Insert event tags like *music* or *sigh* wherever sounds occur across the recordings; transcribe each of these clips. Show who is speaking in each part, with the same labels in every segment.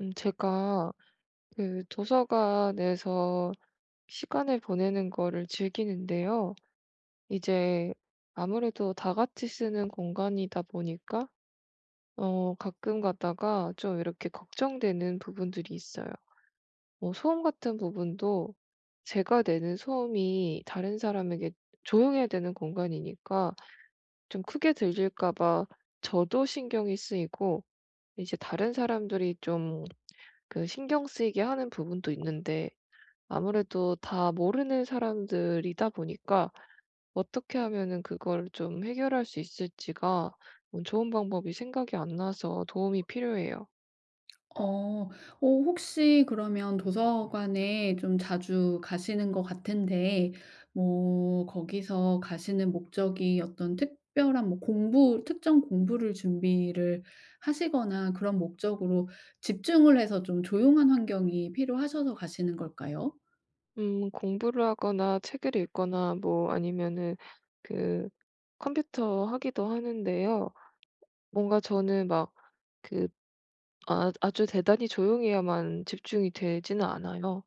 Speaker 1: 제가 그 도서관에서 시간을 보내는 거를 즐기는데요. 이제 아무래도 다 같이 쓰는 공간이다 보니까, 가끔 가다가 좀 이렇게 걱정되는 부분들이 있어요. 뭐 소음 같은 부분도 제가 내는 소음이 다른 사람에게 조용해야 되는 공간이니까 좀 크게 들릴까 봐 저도 신경이 쓰이고, 이제 다른 사람들이 좀 그 신경 쓰이게 하는 부분도 있는데, 아무래도 다 모르는 사람들이다 보니까 어떻게 하면은 그걸 좀 해결할 수 있을지가 뭐 좋은 방법이 생각이 안 나서 도움이 필요해요.
Speaker 2: 어. 어. 혹시 그러면 도서관에 좀 자주 가시는 것 같은데, 뭐 거기서 가시는 목적이 어떤 특별한 뭐 공부 특정 공부를 준비를 하시거나 그런 목적으로 집중을 해서 좀 조용한 환경이 필요하셔서 가시는 걸까요?
Speaker 1: 공부를 하거나 책을 읽거나 뭐 아니면은 그 컴퓨터 하기도 하는데요. 뭔가 저는 막 그 아주 대단히 조용해야만 집중이 되지는 않아요.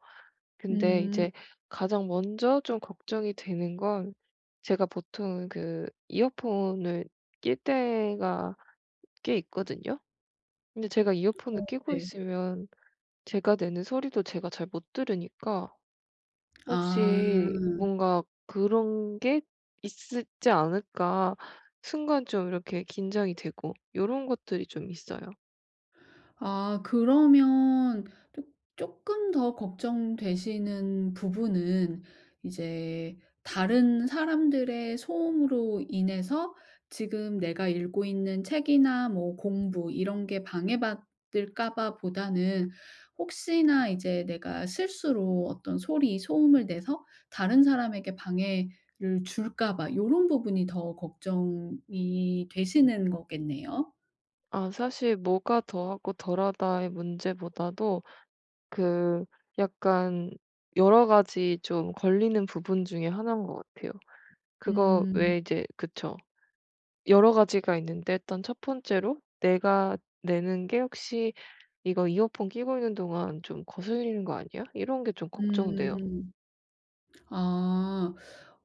Speaker 1: 근데
Speaker 2: 음.
Speaker 1: 이제 가장 먼저 좀 걱정이 되는 건 제가 보통 그 이어폰을 낄 때가 꽤 있거든요. 근데 제가 이어폰을 끼고
Speaker 2: 네.
Speaker 1: 있으면 제가 내는 소리도 제가 잘 못 들으니까
Speaker 2: 아.
Speaker 1: 혹시 뭔가 그런 게 있지 않을까 순간 좀 이렇게 긴장이 되고 요런 것들이 좀 있어요.
Speaker 2: 아 그러면 조- 조금 더 걱정되시는 부분은 이제 다른 사람들의 소음으로 인해서 지금 내가 읽고 있는 책이나 뭐 공부 이런 게 방해받을까 봐 보다는, 혹시나 이제 내가 실수로 어떤 소리, 소음을 내서 다른 사람에게 방해를 줄까 봐, 이런 부분이 더 걱정이 되시는 거겠네요.
Speaker 1: 아, 사실 뭐가 더하고 덜하다의 문제보다도 그 약간 여러 가지 좀 걸리는 부분 중에 하나인 것 같아요. 그거
Speaker 2: 음.
Speaker 1: 왜 이제 그쵸. 여러 가지가 있는데 일단 첫 번째로 내가 내는 게 '혹시 이거 이어폰 끼고 있는 동안 좀 거슬리는 거 아니야?' 이런 게 좀 걱정돼요.
Speaker 2: 음. 아.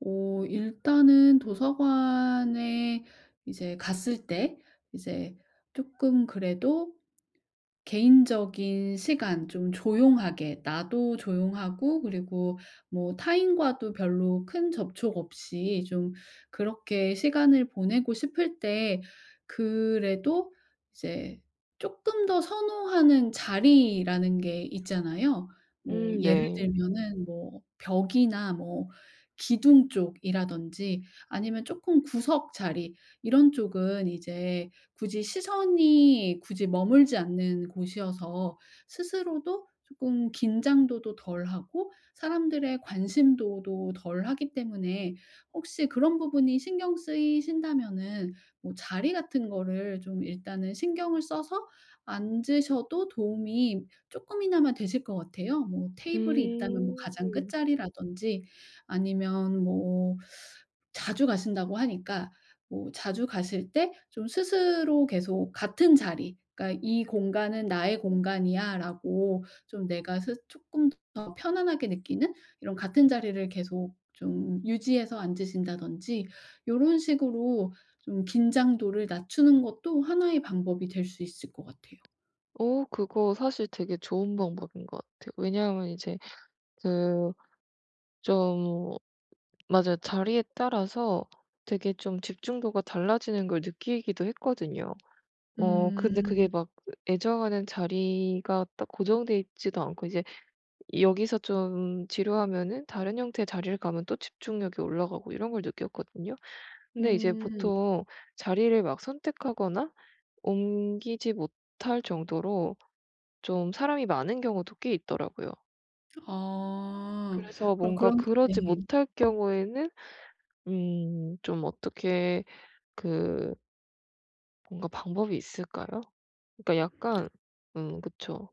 Speaker 2: 오, 일단은 도서관에 이제 갔을 때 이제 조금 그래도 개인적인 시간 좀 조용하게 나도 조용하고, 그리고 뭐 타인과도 별로 큰 접촉 없이 좀 그렇게 시간을 보내고 싶을 때 그래도 이제 쪼끔 더 선호하는 자리라는 게 있잖아요. 뭐
Speaker 1: 음,
Speaker 2: 예를
Speaker 1: 네.
Speaker 2: 들면은 뭐 벽이나 뭐 기둥 쪽이라든지 아니면 쪼끔 구석 자리 이런 쪽은 이제 굳이 시선이 굳이 머물지 않는 곳이어서 스스로도 조금 긴장도도 덜하고 사람들의 관심도도 덜하기 때문에, 혹시 그런 부분이 신경 쓰이신다면은 뭐 자리 같은 거를 좀 일단은 신경을 써서 앉으셔도 도움이 쪼끔이나마 되실 것 같아요. 뭐 테이블이 있다면 뭐 가장
Speaker 1: 음.
Speaker 2: 끝자리라든지, 아니면 뭐 자주 가신다고 하니까 뭐 자주 가실 때 좀 스스로 계속 같은 자리, 그러니까 '이 공간은 나의 공간이야.'라고 좀 내가 스 쪼끔 더 편안하게 느끼는 이런 같은 자리를 계속 좀 유지해서 앉으신다든지 요런 식으로 좀 긴장도를 낮추는 것도 하나의 방법이 될 수 있을 것 같아요.
Speaker 1: 어, 그거 사실 되게 좋은 방법인 것 같아요. 왜냐하면 이제 그 좀 맞아요. 자리에 따라서 되게 좀 집중도가 달라지는 걸 느끼기도 했거든요. 어, 근데 그게
Speaker 2: 음.
Speaker 1: 막 애정하는 자리가 딱 고정돼 있지도 않고 이제 여기서 좀 지루하면은 다른 형태의 자리를 가면 또 집중력이 올라가고 이런 걸 느꼈거든요. 근데 이제
Speaker 2: 음.
Speaker 1: 보통 자리를 막 선택하거나 옮기지 못할 정도로 좀 사람이 많은 경우도 꽤 있더라고요.
Speaker 2: 아.
Speaker 1: 그래서
Speaker 2: 그럼
Speaker 1: 뭔가
Speaker 2: 그런, 네.
Speaker 1: 그러지 못할 경우에는 음 좀 어떻게 그 뭔가 방법이 있을까요? 그러니까 약간 그쵸.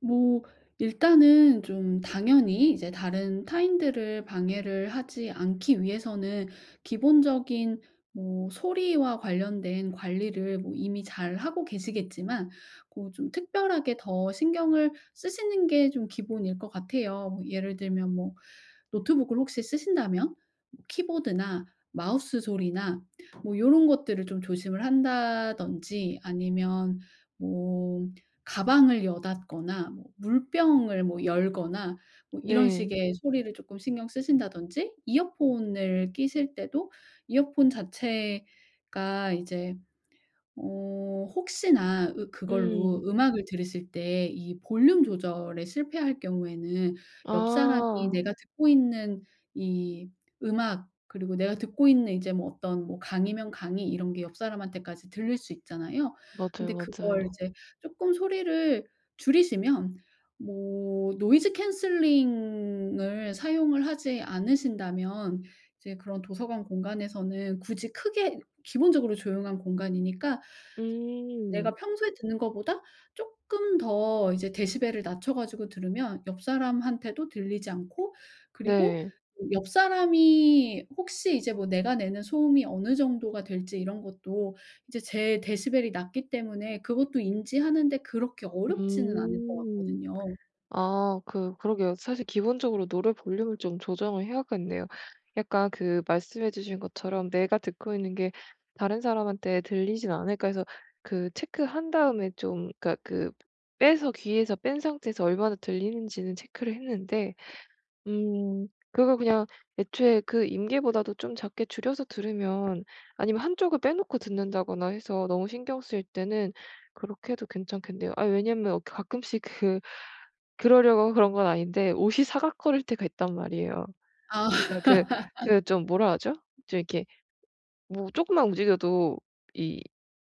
Speaker 2: 뭐 일단은 좀 당연히 이제 다른 타인들을 방해를 하지 않기 위해서는 기본적인 뭐 소리와 관련된 관리를 뭐 이미 잘 하고 계시겠지만, 그 좀 특별하게 더 신경을 쓰시는 게 좀 기본일 것 같아요. 뭐 예를 들면 뭐 노트북을 혹시 쓰신다면 뭐 키보드나 마우스 소리나 뭐 이런 것들을 좀 조심을 한다든지, 아니면 뭐 가방을 여닫거나 뭐 물병을 뭐 열거나 뭐 이런
Speaker 1: 네.
Speaker 2: 식의 소리를 쪼끔 신경 쓰신다든지, 이어폰을 끼실 때도 이어폰 자체가 이제 혹시나 으 그걸로
Speaker 1: 음.
Speaker 2: 음악을 들으실 때 이 볼륨 조절에 실패할 경우에는 옆 사람이
Speaker 1: 아.
Speaker 2: 내가 듣고 있는 이 음악, 그리고 내가 듣고 있는 이제 뭐 어떤 뭐 강의면 강의 이런 게 옆 사람한테까지 들릴 수 있잖아요.
Speaker 1: 맞아요,
Speaker 2: 근데 그걸
Speaker 1: 맞아요.
Speaker 2: 이제 쪼끔 소리를 줄이시면, 뭐 노이즈 캔슬링을 사용을 하지 않으신다면 이제 그런 도서관 공간에서는 굳이 크게, 기본적으로 조용한 공간이니까 내가
Speaker 1: 음.
Speaker 2: 평소에 듣는 거보다 쪼끔 더 이제 데시벨을 낮춰 가지고 들으면 옆 사람한테도 들리지 않고, 그리고
Speaker 1: 네.
Speaker 2: 옆 사람이 혹시 이제 뭐 내가 내는 소음이 어느 정도가 될지 이런 것도 이제 제 데시벨이 낮기 때문에 그것도 인지하는데 그렇게 어렵지는 않을 것
Speaker 1: 음.
Speaker 2: 같거든요.
Speaker 1: 아, 그러게요. 사실 기본적으로 노래 볼륨을 좀 조정을 해야겠네요. 약간 그 말씀해 주신 것처럼 '내가 듣고 있는 게 다른 사람한테 들리진 않을까.' 해서 그 체크한 다음에 좀 그니까 그 빼서 귀에서 뺀 상태에서 얼마나 들리는지는 체크를 했는데. 음. 그거 그냥 애초에 그 임계보다도 좀 작게 줄여서 들으면, 아니면 한쪽을 빼놓고 듣는다거나 해서 너무 신경 쓰일 때는 그렇게 해도 괜찮겠네요. 아, 왜냐면 가끔씩 그 그러려고 그런 건 아닌데 옷이 사각거릴 때가 있단 말이에요.
Speaker 2: 아.
Speaker 1: 그러니까 그 좀 뭐라 하죠? 좀 이렇게 뭐 조금만 움직여도 이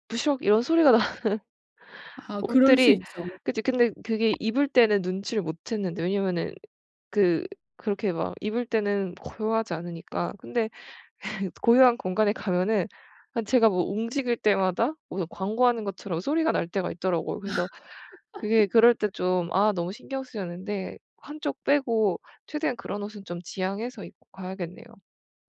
Speaker 1: 부시럭 이런 소리가 나. *laughs*
Speaker 2: 아 그럴 수
Speaker 1: 옷들이.
Speaker 2: 있죠.
Speaker 1: 그치. 근데 그게 입을 때는 눈치를 못 챘는데, 왜냐면은 그 그렇게 막 입을 때는 고요하지 않으니까. 근데 *laughs* 고요한 공간에 가면은 한 제가 뭐 움직일 때마다 무슨 광고하는 것처럼 소리가 날 때가 있더라고요. 그래서 그게 그럴 때 좀 아 너무 신경 쓰였는데, 한쪽 빼고 최대한 그런 옷은 좀 지양해서 입고 가야겠네요.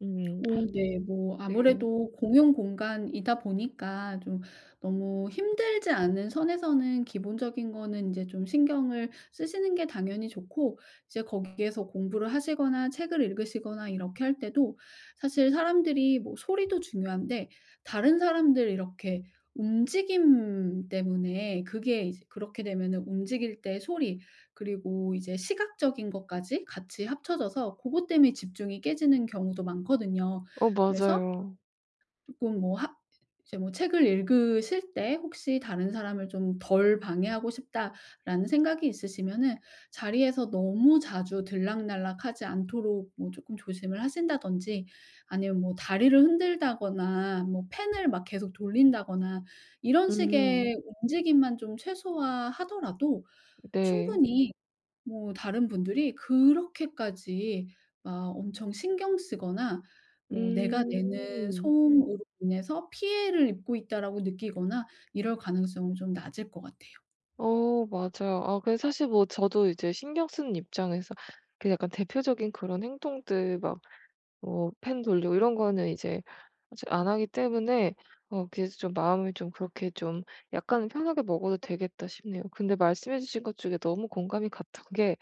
Speaker 1: 음
Speaker 2: 어 네. 뭐
Speaker 1: 네.
Speaker 2: 아무래도 공용 공간이다 보니까 좀 너무 힘들지 않은 선에서는 기본적인 거는 인제 좀 신경을 쓰시는 게 당연히 좋고, 이제 거기에서 공부를 하시거나 책을 읽으시거나 이렇게 할 때도, 사실 사람들이 뭐 소리도 중요한데 다른 사람들 이렇게 움직임 때문에, 그게 이제 그렇게 되면은 움직일 때 소리, 그리고 이제 시각적인 것까지 같이 합쳐져서 그것 때문에 집중이 깨지는 경우도 많거든요.
Speaker 1: 어,
Speaker 2: 그래서
Speaker 1: 맞아요.
Speaker 2: 조금 뭐 하 이제 뭐 '책을 읽으실 때 혹시 다른 사람을 좀 덜 방해하고 싶다.'라는 생각이 있으시면은 자리에서 너무 자주 들락날락하지 않도록 뭐금 조심을 하신다든지, 아니면 뭐 다리를 흔들다거나 뭐 펜을 막 계속 돌린다거나 이런
Speaker 1: 음
Speaker 2: 식의 움직임만 좀 최소화하더라도
Speaker 1: 네.
Speaker 2: 충분히 뭐 다른 분들이 그렇게까지 막 엄청 신경 쓰거나 뭐 '내가 내는
Speaker 1: 음.
Speaker 2: 소음으로 인해서 피해를 입고 있다.'라고 느끼거나 이럴 가능성은 좀 낮을 것 같아요.
Speaker 1: 어, 맞아요. 아, 근데 사실 뭐 저도 이제 신경 쓰는 입장에서 그 약간 대표적인 그런 행동들 막 뭐 펜 돌리고 이런 거는 이제 아직 안 하기 때문에 어 그래서 좀 마음이 좀 그렇게 좀 약간은 '편하게 먹어도 되겠다.' 싶네요. 근데 말씀해 주신 것 중에 너무 공감이 갔던 게,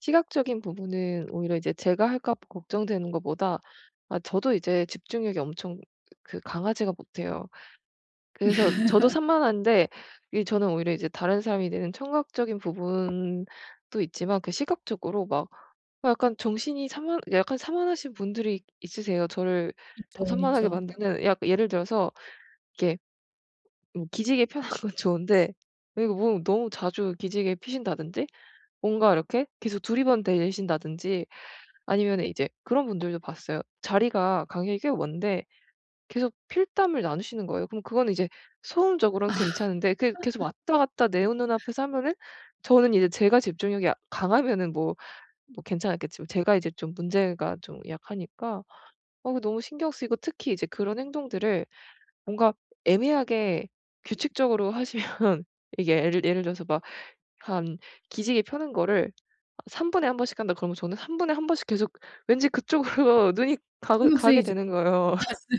Speaker 1: 시각적인 부분은 오히려 이제 제가 할까 봐 걱정되는 것보다, 아 저도 이제 집중력이 엄청 그 강하지가 못해요. 그래서 저도 산만한데, 이 저는 오히려 이제 다른 사람이 내는 청각적인 부분도 있지만 그 시각적으로 막 어 약간 정신이 산만 약간 산만하신 분들이 있으세요. 저를 더
Speaker 2: 있죠,
Speaker 1: 산만하게
Speaker 2: 있죠.
Speaker 1: 만드는, 약 예를 들어서 이렇게 뭐 기지개 펴는 건 좋은데, 아 이거 뭐 너무 자주 기지개 피신다든지, 뭔가 이렇게 계속 두리번대신다든지, 아니면은 이제 그런 분들도 봤어요. 자리가 간격이 꽤 먼데 계속 필담을 나누시는 거예요. 그럼 그거는 이제 소음적으로는 괜찮은데, 그게 계속 왔다 갔다 내 눈앞에서 하면은, 저는 이제 제가 집중력이 아 강하면은 뭐 괜찮았겠지만 제가 이제 좀 문제가 좀 약하니까 어 그거 너무 신경 쓰이고, 특히 이제 그런 행동들을 뭔가 애매하게 규칙적으로 하시면. *laughs* 이게 예를 들어서 막 한 기지개 펴는 거를 3 분에 한 번씩 한다 그러면, 저는 3 분에 한 번씩 계속 왠지 그쪽으로 *laughs* 눈이 가
Speaker 2: 신경
Speaker 1: 가게
Speaker 2: 쓰이죠.
Speaker 1: 되는 거예요. *laughs*
Speaker 2: *laughs*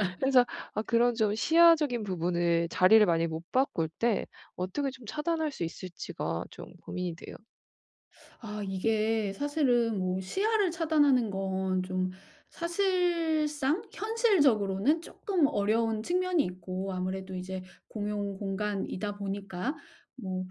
Speaker 2: 맞습니다.
Speaker 1: 그래서 아 그런 좀 시야적인 부분을 자리를 많이 못 바꿀 때 어떻게 좀 차단할 수 있을지가 좀 고민이 돼요.
Speaker 2: 아 이게 사실은 뭐 시야를 차단하는 건 좀 사실상 현실적으로는 조금 어려운 측면이 있고, 아무래도 이제 공용 공간이다 보니까 뭐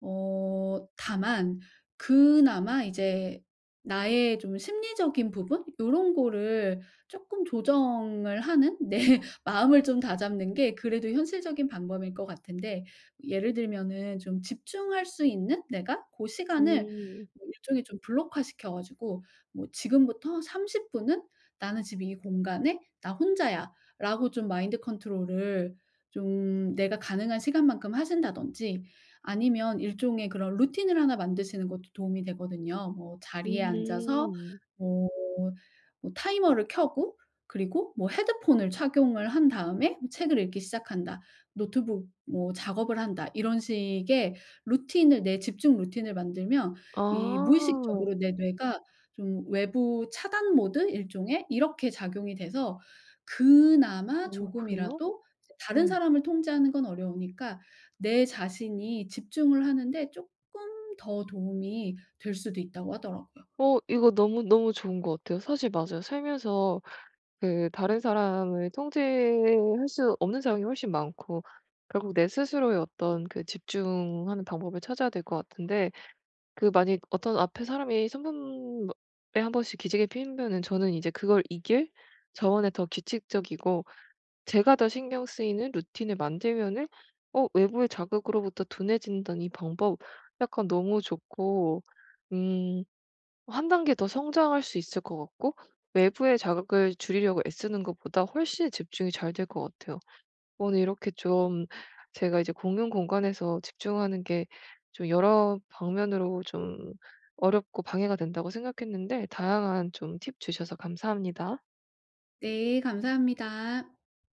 Speaker 2: 다만 그나마 이제 나의 좀 심리적인 부분 요런 거를 조금 조정을 하는 내 *laughs* 마음을 좀 다잡는 게 그래도 현실적인 방법일 것 같은데, 예를 들면은 좀 집중할 수 있는 내가 그 시간을
Speaker 1: 음.
Speaker 2: 뭐 일종의 좀 블록화 시켜 가지고 뭐 "지금부터 30 분은 나는 지금 이 공간에 나 혼자야."라고 좀 마인드 컨트롤을 좀 내가 가능한 시간만큼 하신다든지, 아니면 일종의 그런 루틴을 하나 만드시는 것도 도움이 되거든요. 뭐 자리에 앉아서
Speaker 1: 음.
Speaker 2: 뭐 뭐 타이머를 켜고, 그리고 뭐 헤드폰을 착용을 한 다음에 뭐 '책을 읽기 시작한다. 노트북 뭐 작업을 한다.' 이런 식의 루틴을 내 집중 루틴을 만들면 이
Speaker 1: 아.
Speaker 2: 무의식적으로 내 뇌가 좀 외부 차단 모드 일종의 이렇게 작용이 돼서 그나마
Speaker 1: 오, 그래요?
Speaker 2: 조금이라도 이제 다른
Speaker 1: 네.
Speaker 2: 사람을 통제하는 건 어려우니까 내 자신이 집중을 하는데 쪼끔 더 도움이 될 수도 있다고 하더라고요.
Speaker 1: 어, 이거 너무 너무 좋은 것 같아요. 사실 맞아요. 살면서 그 다른 사람을 통제할 수 없는 상황이 훨씬 많고 결국 내 스스로의 어떤 그 집중하는 방법을 찾아야 될 것 같은데, 그 만약 어떤 앞에 사람이 3 분에 한 번씩 기지개 피면은 저는 이제 그걸 이길 저원에 더 규칙적이고 제가 더 신경 쓰이는 루틴을 만들면은 어 외부의 자극으로부터 둔해진다는 이 방법, 약간 너무 좋고, 음 한 단계 더 성장할 수 있을 것 같고, 외부의 자극을 줄이려고 애쓰는 것보다 훨씬 집중이 잘 될 것 같아요. 오늘 이렇게 좀 제가 이제 공용 공간에서 집중하는 게 좀 여러 방면으로 좀 어렵고 방해가 된다고 생각했는데 다양한 좀 팁 주셔서 감사합니다.
Speaker 2: 네. 감사합니다.